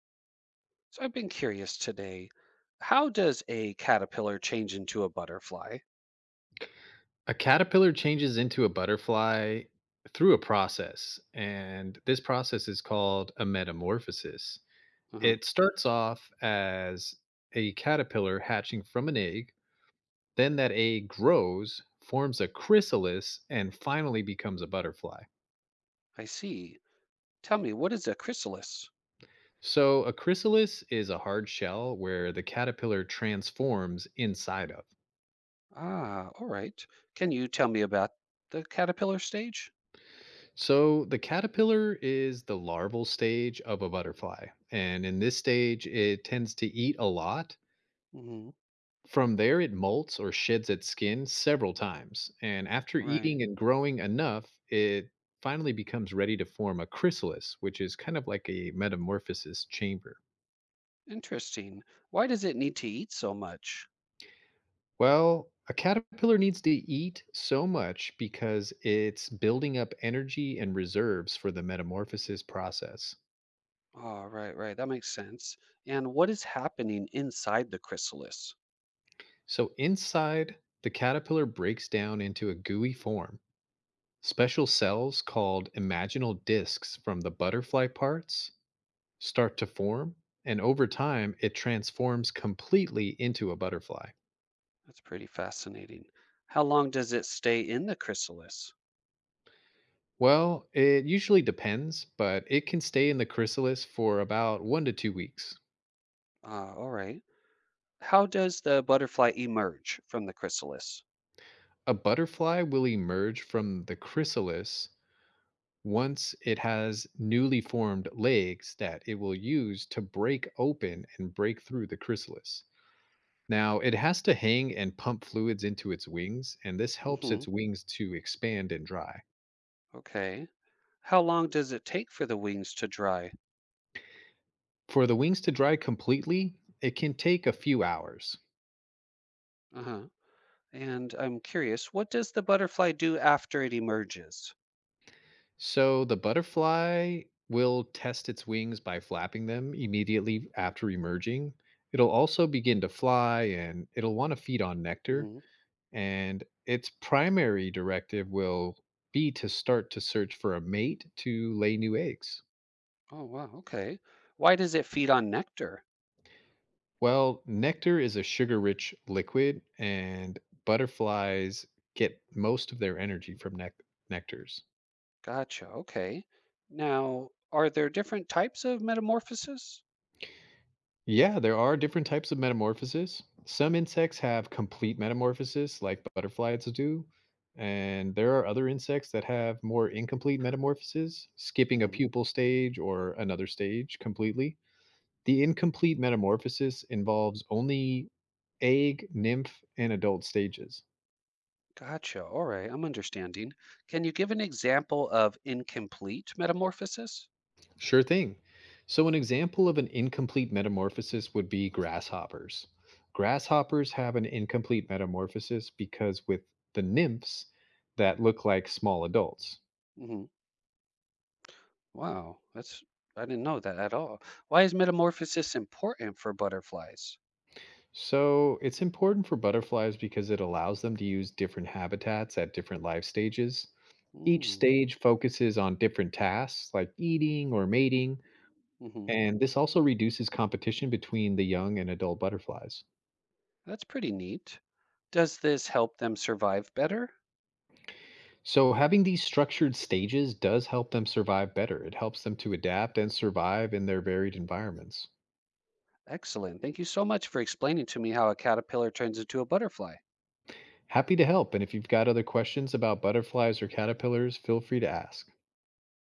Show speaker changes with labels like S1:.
S1: So I've been curious today. How does a caterpillar change into a butterfly?
S2: A caterpillar changes into a butterfly through a process, and this process is called a metamorphosis.
S1: uh
S2: It starts off as a caterpillar hatching from an egg, then that egg grows, forms a chrysalis, and finally becomes a butterfly.
S1: I see. Tell me, what is a chrysalis?
S2: So, a chrysalis is a hard shell where the caterpillar transforms inside of.
S1: Ah, all right. Can you tell me about the caterpillar stage?
S2: So, the caterpillar is the larval stage of a butterfly. And in this stage, it tends to eat a lot.
S1: hmm
S2: From there, it molts or sheds its skin several times. And after
S1: Right.
S2: eating and growing enough, it finally becomes ready to form a chrysalis, which is kind of like a metamorphosis chamber.
S1: Interesting. Why does it need to eat so much?
S2: Well, a caterpillar needs to eat so much because it's building up energy and reserves for the metamorphosis process.
S1: Oh, right, right. That makes sense. And what is happening inside the chrysalis?
S2: So inside, the caterpillar breaks down into a gooey form. Special cells called imaginal discs from the butterfly parts start to form, and over time, it transforms completely into a butterfly.
S1: That's pretty fascinating. How long does it stay in the chrysalis?
S2: Well, it usually depends, but it can stay in the chrysalis for about 1 to 2 weeks.
S1: Ah, all right. How does the butterfly emerge from the chrysalis?
S2: A butterfly will emerge from the chrysalis once it has newly formed legs that it will use to break open and break through the chrysalis. Now, it has to hang and pump fluids into its wings, and this helps
S1: hmm
S2: its wings to expand and dry.
S1: Okay. How long does it take for the wings to dry?
S2: For the wings to dry completely, it can take a few hours.
S1: Uh-huh. And I'm curious, what does the butterfly do after it emerges?
S2: So the butterfly will test its wings by flapping them immediately after emerging. It'll also begin to fly and it'll want to feed on nectar,
S1: hmm
S2: and its primary directive will be to start to search for a mate to lay new eggs.
S1: Oh, wow. Okay. Why does it feed on nectar?
S2: Well, nectar is a sugar rich liquid, and butterflies get most of their energy from nectars.
S1: Gotcha. Okay. Now, are there different types of metamorphosis?
S2: Yeah, there are different types of metamorphosis. Some insects have complete metamorphosis, like butterflies do, and there are other insects that have more incomplete metamorphoses, skipping a
S1: hmm
S2: pupal stage or another stage completely. The incomplete metamorphosis involves only egg, nymph, and adult stages.
S1: Gotcha. All right. I'm understanding. Can you give an example of incomplete metamorphosis?
S2: Sure thing. So, an example of an incomplete metamorphosis would be grasshoppers. Grasshoppers have an incomplete metamorphosis because with the nymphs that look like small adults.
S1: Mm-hmm. Wow, that's I didn't know that at all. Why is metamorphosis important for butterflies?
S2: So, it's important for butterflies because it allows them to use different habitats at different life stages. Each
S1: Mm,
S2: stage focuses on different tasks like eating or mating,
S1: hmm.
S2: and this also reduces competition between the young and adult butterflies.
S1: That's pretty neat. Does this help them survive better?
S2: So, having these structured stages does help them survive better. It helps them to adapt and survive in their varied environments.
S1: Excellent. Thank you so much for explaining to me how a caterpillar turns into a butterfly.
S2: Happy to help. And if you've got other questions about butterflies or caterpillars, feel free to ask.